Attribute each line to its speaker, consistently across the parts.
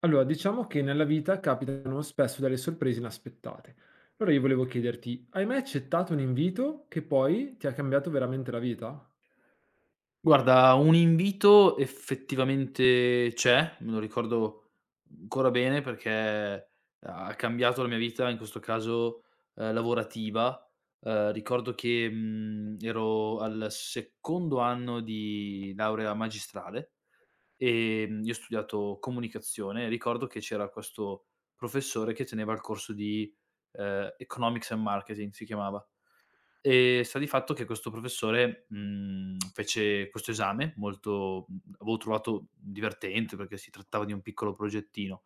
Speaker 1: Allora, diciamo che nella vita capitano spesso delle sorprese inaspettate. Allora io volevo chiederti, hai mai accettato un invito che poi ti ha cambiato veramente la vita?
Speaker 2: Guarda, un invito effettivamente c'è, me lo ricordo ancora bene perché ha cambiato la mia vita, in questo caso, lavorativa. Ricordo che, ero al secondo anno di laurea magistrale, io ho studiato comunicazione e ricordo che c'era questo professore che teneva il corso di Economics and Marketing, si chiamava. Sta di fatto che questo professore, fece questo esame molto avevo trovato divertente perché si trattava di un piccolo progettino.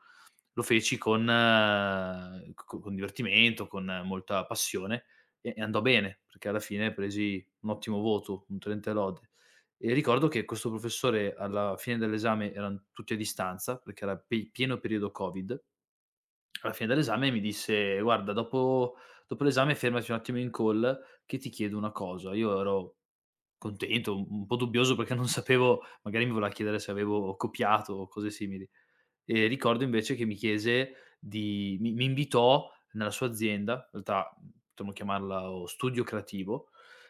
Speaker 2: Lo feci con c co con divertimento, con molta passione e andò bene, perché alla fine presi un ottimo voto, un 30 e lode. E ricordo che questo professore alla fine dell'esame eran tutti a distanza, perché era pe pieno periodo Covid. Alla fine dell'esame mi disse: "Guarda, dopo l'esame fermaci un attimo in call che ti chiedo una cosa". Io ero contento, un po' dubbioso perché non sapevo, magari mi voleva chiedere se avevo copiato o cose simili. Ricordo invece che mi chiese di mi mi invitò nella sua azienda, in realtà potremmo chiamarla o studio creativo,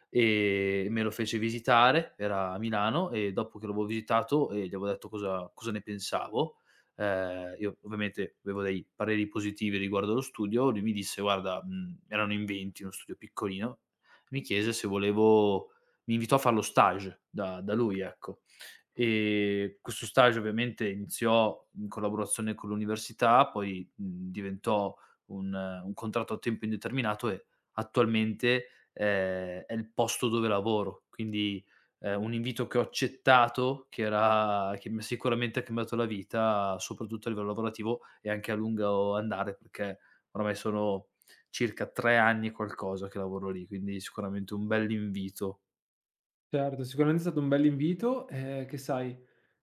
Speaker 2: e me lo fece visitare, era a Milano. E dopo che l'avevo visitato e gli avevo detto cosa ne pensavo, io ovviamente avevo dei pareri positivi riguardo allo studio, lui mi disse: "Guarda", erano in 20, uno studio piccolino, mi chiese se volevo, mi invitò a far lo stage da lui, ecco. Questo stage ovviamente iniziò in collaborazione con l'università, poi diventò un contratto a tempo indeterminato e attualmente è il posto dove lavoro. Quindi, un invito che ho accettato, che era, che mi ha sicuramente cambiato la vita, soprattutto a livello lavorativo e anche a lungo andare, perché oramai sono circa 3 anni e qualcosa che lavoro lì, quindi sicuramente un bell'invito.
Speaker 1: Certo, sicuramente è stato un bell'invito, che sai,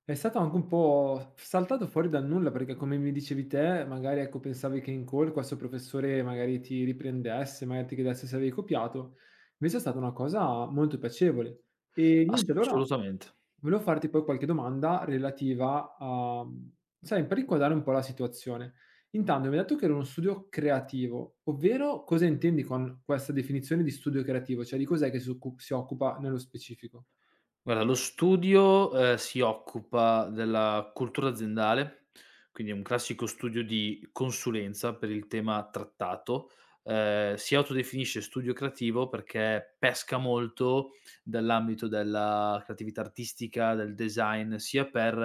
Speaker 1: è stato anche un po' saltato fuori dal nulla, perché come mi dicevi te, magari ecco pensavi che in call questo professore magari ti riprendesse, magari ti chiedesse se avevi copiato, invece è stata una cosa molto piacevole. E niente, allora.
Speaker 2: Assolutamente.
Speaker 1: Volevo farti poi qualche domanda relativa a, sai, per inquadrare un po' la situazione. Intanto mi hai detto che era uno studio creativo, ovvero cosa intendi con questa definizione di studio creativo? Cioè di cos'è che si occu si occupa nello specifico?
Speaker 2: Guarda, lo studio si occupa della cultura aziendale, quindi è un classico studio di consulenza per il tema trattato. Si autodefinisce studio creativo perché pesca molto dall'ambito della creatività artistica, del design, sia per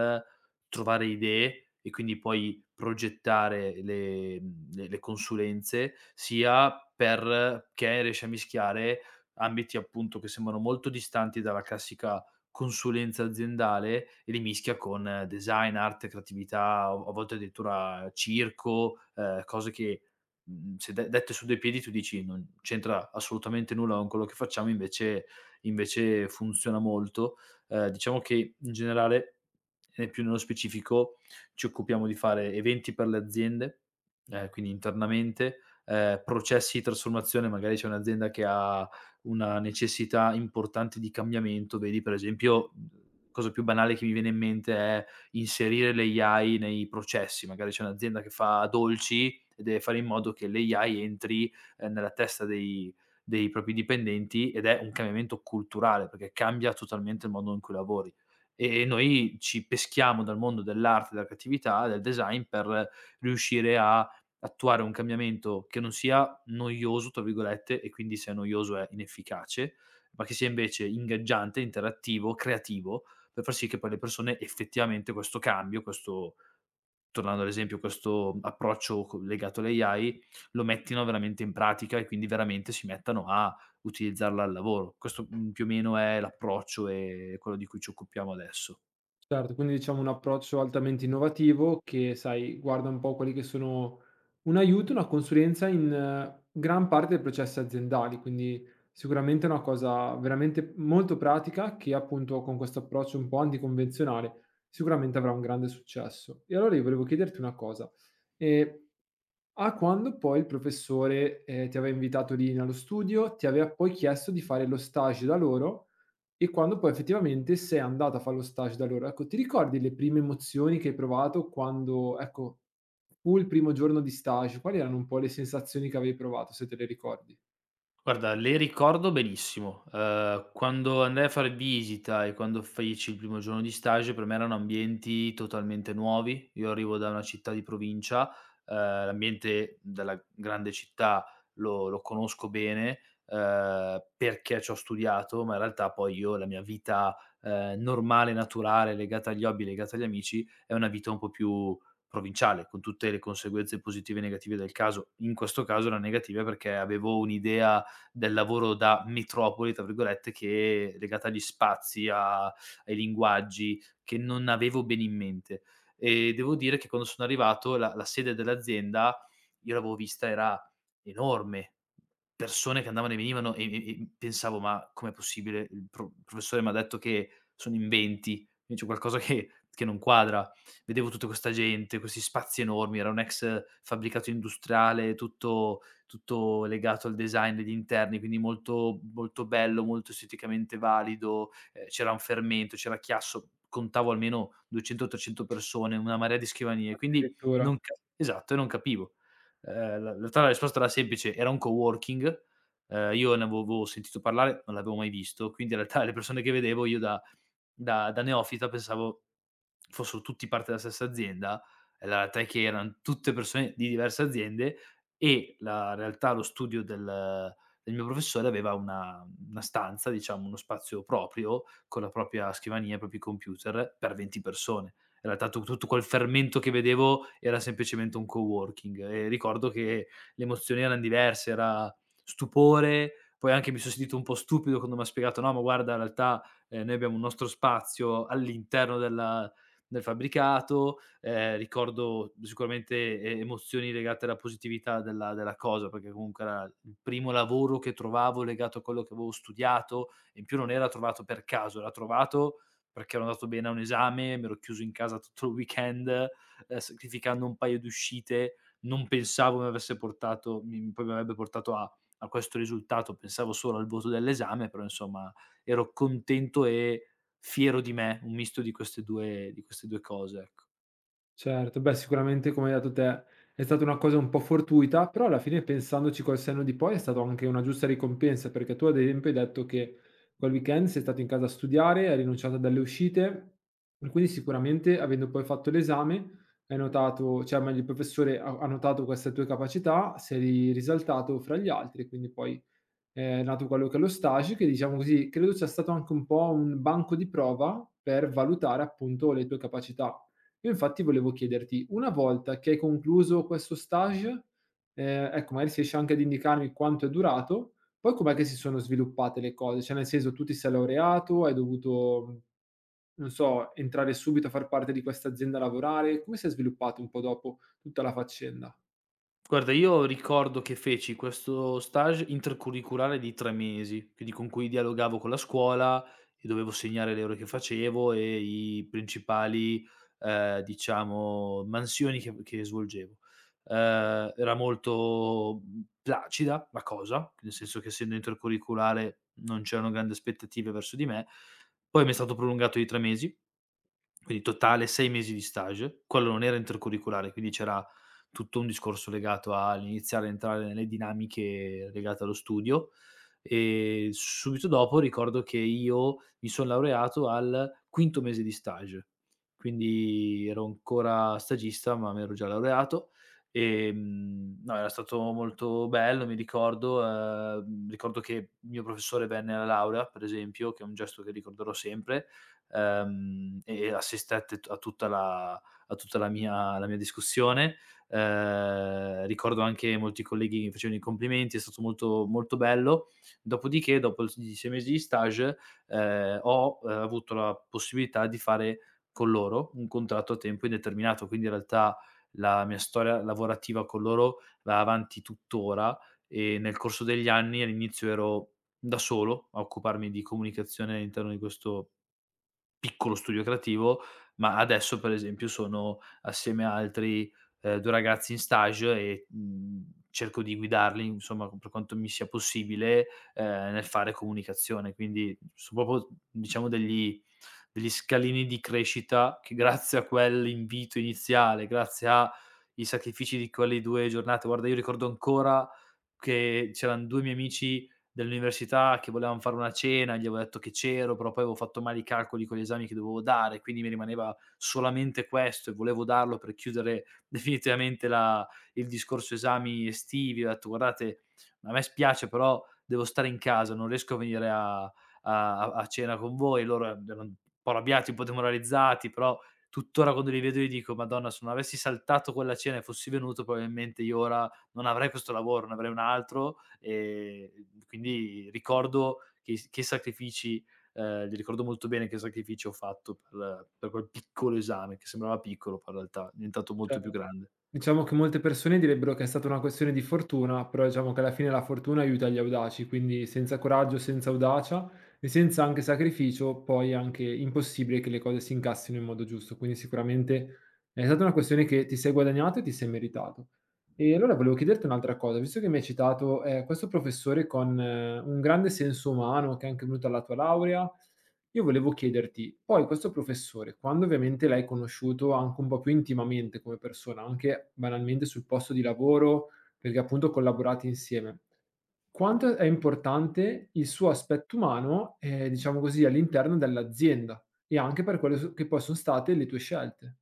Speaker 2: trovare idee e quindi poi progettare le mhmm, le consulenze, sia perché riesce a mischiare ambiti appunto che sembrano molto distanti dalla classica consulenza aziendale e li mischia con design, arte, creatività, a volte addirittura circo, cose che, se de dette su dei piedi tu dici: "Non c'entra assolutamente nulla con quello che facciamo", invece funziona molto. Diciamo che in generale e più nello specifico ci occupiamo di fare eventi per le aziende, quindi internamente, processi di trasformazione. Magari c'è un'azienda che ha una necessità importante di cambiamento, vedi per esempio, cosa più banale che mi viene in mente è inserire l'AI nei processi. Magari c'è un'azienda che fa dolci e deve fare in modo che l'AI entri nella testa dei propri dipendenti, ed è un cambiamento culturale, perché cambia totalmente il modo in cui lavori. E noi ci peschiamo dal mondo dell'arte, della creatività, del design per riuscire a attuare un cambiamento che non sia "noioso" tra virgolette, e quindi se è noioso è inefficace, ma che sia invece ingaggiante, interattivo, creativo, per far sì che poi le persone effettivamente questo cambio, questo, tornando all'esempio, questo approccio co legato all'AI, lo mettino veramente in pratica e quindi veramente si mettano a utilizzarla al lavoro. Questo più o meno è l'approccio, quello di cui ci occupiamo adesso.
Speaker 1: Certo, quindi diciamo un approccio altamente innovativo che, sai, guarda un po' quelli che sono un aiuto, una consulenza in gran parte dei processi aziendali, quindi sicuramente è una cosa veramente molto pratica che appunto con questo approccio un po' anticonvenzionale sicuramente avrà un grande successo. E allora io volevo chiederti una cosa, eh, a quando poi il professore ti aveva invitato lì nello studio, ti aveva poi chiesto di fare lo stage da loro? E quando poi effettivamente sei andata a fa' lo stage da loro, ecco, ti ricordi le prime emozioni che hai provato quando ecco, fu il primo giorno di stage? Quali erano un po' le sensazioni che avevi provato, se te le ricordi?
Speaker 2: Guarda, le ricordo benissimo. Quando andai a fare visita e quando feci il primo giorno di stage, per me erano ambienti totalmente nuovi. Io arrivo da una città di provincia, ehm, l'ambiente della grande città lo conosco bene, perché ci ho studiato, ma in realtà poi io la mia vita normale, naturale, legata agli hobby, legata agli amici, è una vita un po' più provinciale, con tutte le conseguenze positive e negative del caso. In questo caso era negativa perché avevo un'idea del lavoro da "metropoli" tra virgolette, che è legata agli spazi, a ai linguaggi, che non avevo bene in mente. E devo dire che quando sono arrivato, la sede dell'azienda io l'avevo vista, era enorme, persone che andavano e venivano e pensavo: "Ma com'è possibile? Il professore m'ha detto che sono in 20, quindi c'è qualcosa che non quadra". Vedevo tutta questa gente, questi spazi enormi, era un ex fabbricato industriale tutto legato al design degli interni, quindi molto molto bello, molto esteticamente valido. C'era un fermento, c'era chiasso, contavo almeno 200, 300 persone, una marea di scrivanie, quindi
Speaker 1: Addirittura.
Speaker 2: non ca esatto, e non capivo. Ehm, la in realtà la risposta era semplice, era un coworking. Io ne avevo sentito parlare, non l'avevo mai visto, quindi in realtà le persone che vedevo io da neofita pensavo fossero tutti parte della stessa azienda, e la realtà è che eran tutte persone di diverse aziende, e la realtà, lo studio del mio professore, aveva una stanza, diciamo, uno spazio proprio, con la propria scrivania, i propri computer, per 20 persone. In realtà tu tutto quel fermento che vedevo era semplicemente un coworking. E ricordo che le emozioni eran diverse, era stupore, poi anche mi son sentito un po' stupido quando m'ha spiegato: "No, ma guarda, in realtà noi abbiamo un nostro spazio all'interno del fabbricato". Ricordo sicuramente e emozioni legate alla positività della cosa, perché comunque era il primo lavoro che trovavo legato a quello che avevo studiato, e in più non era trovato per caso, era trovato perché ero andato bene a un esame, m'ero chiuso in casa tutto il weekend, sacrificando un paio di uscite. Non pensavo mi avesse portato mi poi mi avrebbe portato a questo risultato, pensavo solo al voto dell'esame, però insomma ero contento e fiero di me, un misto di queste 2 cose, ecco.
Speaker 1: Certo, beh sicuramente come hai detto te, è stata una cosa un po' fortuita, però alla fine pensandoci col senno di poi è stato anche una giusta ricompensa, perché tu ad esempio hai detto che quel weekend sei stato in casa a studiare, hai rinunciato a delle uscite e quindi sicuramente avendo poi fatto l'esame hai notato cioè meglio il professore ha notato queste tue capacità, sei risaltato fra gli altri e quindi poi è nato quello che è lo stage, che diciamo così, credo sia stato anche un po' un banco di prova per valutare appunto le tue capacità. Io infatti volevo chiederti, una volta che hai concluso questo stage, ecco magari se riesci anche ad indicarmi quanto è durato, poi com'è che si sono sviluppate le cose? Cioè nel senso tu ti sei laureato, hai dovuto, non so, entrare subito a far parte di questa azienda a lavorare, come si è sviluppato un po' dopo tutta la faccenda?
Speaker 2: Guarda, io ricordo che feci questo stage intercurriculare di 3 mesi, quindi con cui dialogavo con la scuola e dovevo segnare le ore che facevo e i principali, diciamo, mansioni che svolgevo. Era molto, placida la cosa, nel senso che essendo intercurriculare non c'erano grandi aspettative verso di me. Poi mi è stato prolungato di 3 mesi, quindi totale 6 mesi di stage. Quello non era intercurriculare, quindi c'era tutto un discorso legato all'iniziare a entrare nelle dinamiche legate allo studio. E subito dopo ricordo che io mi son laureato al quinto mese di stage, quindi ero ancora stagista, ma m'ero già laureato. No, era stato molto bello, mi ricordo. Ricordo che il mio professore venne alla laurea, per esempio, che è un gesto che ricorderò sempre, e assistette t a tutta la a tutta la mia discussione. Ricordo anche molti colleghi che mi facevano i complimenti, è stato molto molto bello. Dopodiché, dopo s i 6 mesi di stage, ho avuto la possibilità di fare con loro un contratto a tempo indeterminato, quindi in realtà la mia storia lavorativa con loro va avanti tuttora, e nel corso degli anni all'inizio ero da solo a occuparmi di comunicazione all'interno di questo piccolo studio creativo, ma adesso per esempio sono assieme a altri 2 ragazzi in stage e, cerco di guidarli, insomma, per quanto mi sia possibile nel fare comunicazione. Quindi so proprio, diciamo, degli scalini di crescita che grazie a quell'invito iniziale, grazie ai sacrifici di quelle 2 giornate. Guarda, io ricordo ancora che c'eran 2 miei amici dell'università che volevam fare una cena, gli avevo detto che c'ero, però poi avevo fatto male i calcoli con gli esami che dovevo dare, quindi mi rimaneva solamente questo e volevo darlo per chiudere definitivamente la il discorso esami estivi. Ho detto: "Guardate, a me spiace, però devo stare in casa, non riesco a venire a cena con voi". Loro erano un po' arrabbiati, un po' demoralizzati, però tuttora quando li vedo gli dico: "Madonna, se non avessi saltato quella cena e fossi venuto, probabilmente io ora non avrei questo lavoro, ne avrei un altro". E quindi ricordo che sacrifici, li ricordo molto bene che sacrifici ho fatto per quel piccolo esame, che sembrava piccolo, poi in realtà è diventato molto più grande.
Speaker 1: Diciamo che molte persone direbbero che è stata una questione di fortuna, però diciamo che alla fine la fortuna aiuta gli audaci, quindi senza coraggio, senza audacia e senza anche sacrificio, poi è anche impossibile che le cose si incassino in modo giusto. Quindi sicuramente è stata una questione che ti sei guadagnato e ti sei meritato. E allora volevo chiederti un'altra cosa, visto che mi hai citato questo professore con un grande senso umano che è anche venuto alla tua laurea. Io volevo chiederti, poi questo professore, quando ovviamente l'hai conosciuto anche un po' più intimamente come persona, anche banalmente sul posto di lavoro, perché appunto collaborate insieme, quanto è importante il suo aspetto umano, diciamo così, all'interno dell'azienda e anche per quelle s che poi son state le tue scelte?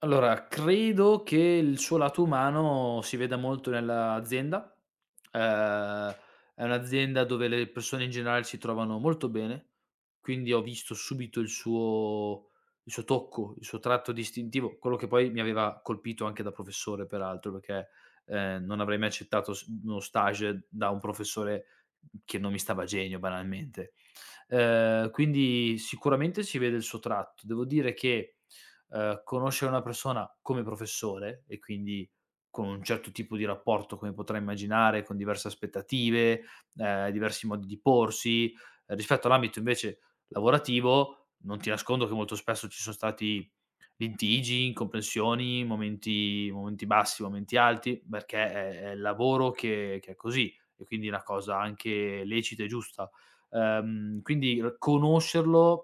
Speaker 2: Allora, credo che il suo lato umano si veda molto nell'azienda. Ehm, è un'azienda dove le persone in generale si trovano molto bene, quindi ho visto subito il suo tocco, il suo tratto distintivo, quello che poi mi aveva colpito anche da professore peraltro, perché non avrei mai accettato s uno stage da un professore che non mi stava a genio, banalmente. Quindi sicuramente si vede il suo tratto. Devo dire che conoscere una persona come professore e quindi con un certo tipo di rapporto, come potrai immaginare, con diverse aspettative, diversi modi di porsi. Rispetto all'ambito invece lavorativo, non ti nascondo che molto spesso ci sono stati litigi, incomprensioni, momenti bassi, momenti alti, perché è il lavoro che è così, e quindi è una cosa anche lecita e giusta. Quindi r conoscerlo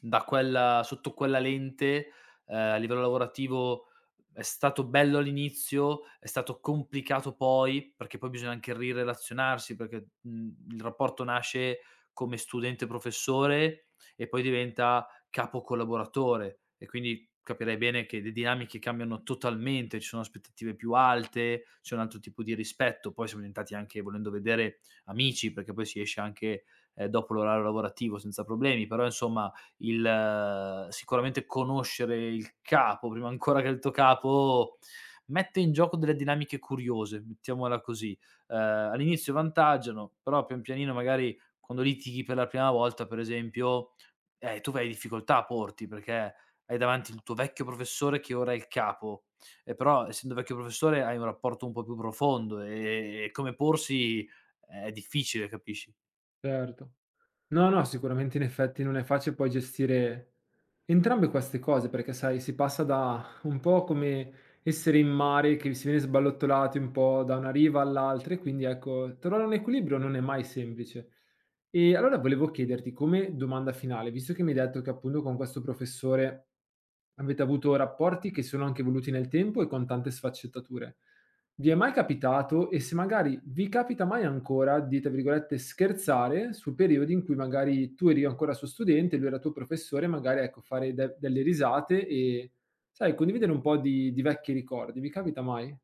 Speaker 2: da quella, sotto quella lente, a livello lavorativo è stato bello all'inizio, è stato complicato poi, perché poi bisogna anche rirelazionarsi, perché il rapporto nasce come studente-professore e poi diventa capo collaboratore, e quindi capirai bene che le dinamiche cambiano totalmente, ci sono aspettative più alte, c'è un altro tipo di rispetto, poi siamo diventati anche, volendo vedere, amici, perché poi si esce anche dopo l'orario lavorativo senza problemi, però insomma il sicuramente conoscere il capo prima ancora che il tuo capo, mette in gioco delle dinamiche curiose, mettiamola così. All'inizio vantaggiano, però pian pianino magari quando litighi per la prima volta, per esempio, tu vai difficoltà a porti, perché hai davanti il tuo vecchio professore che ora è il capo, e però essendo vecchio professore hai un rapporto un po' più profondo. E come porsi è difficile, capisci?
Speaker 1: Certo. No, no, sicuramente in effetti non è facile poi gestire entrambe queste cose, perché sai, si passa da un po' come essere in mare che si viene sballottolati un po' da una riva all'altra e quindi ecco, trovare un equilibrio non è mai semplice. E allora volevo chiederti come domanda finale, visto che mi hai detto che appunto con questo professore avete avuto rapporti che sono anche evoluti nel tempo e con tante sfaccettature. Vi è mai capitato e se magari vi capita mai ancora di, tra virgolette, "scherzare" su periodi in cui magari tu eri ancora suo studente, lui era tuo professore, magari ecco fare de delle risate e, sai, condividere un po' di vecchi ricordi. Vi capita mai?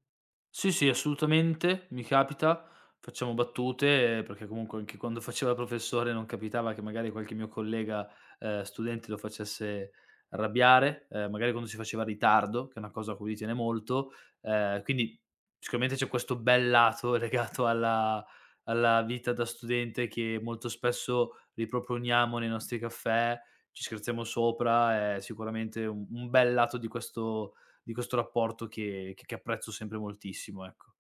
Speaker 2: Sì, sì, assolutamente, mi capita. Facciamo battute, perché comunque anche quando faceva il professore non capitava che magari qualche mio collega, studente, lo facesse arrabbiare, magari quando si faceva ritardo, che è una cosa a cui lui tiene molto. Quindi sicuramente c'è questo bel lato legato alla vita da studente che molto spesso riproponiamo nei nostri caffè, ci scherziamo sopra, è sicuramente un bel lato di questo rapporto che apprezzo sempre moltissimo, ecco.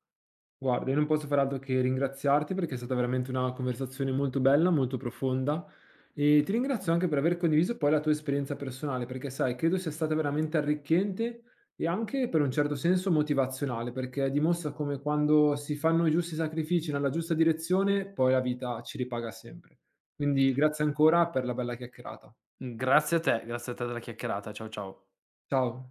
Speaker 1: Guarda, io non posso fare altro che ringraziarti perché è stata veramente una conversazione molto bella, molto profonda e ti ringrazio anche per aver condiviso poi la tua esperienza personale, perché sai, credo sia stata veramente arricchente e anche per un certo senso motivazionale, perché dimostra come quando si fanno i giusti sacrifici nella giusta direzione, poi la vita ci ripaga sempre. Quindi grazie ancora per la bella chiacchierata.
Speaker 2: Grazie a te della chiacchierata. Ciao, ciao.
Speaker 1: Ciao.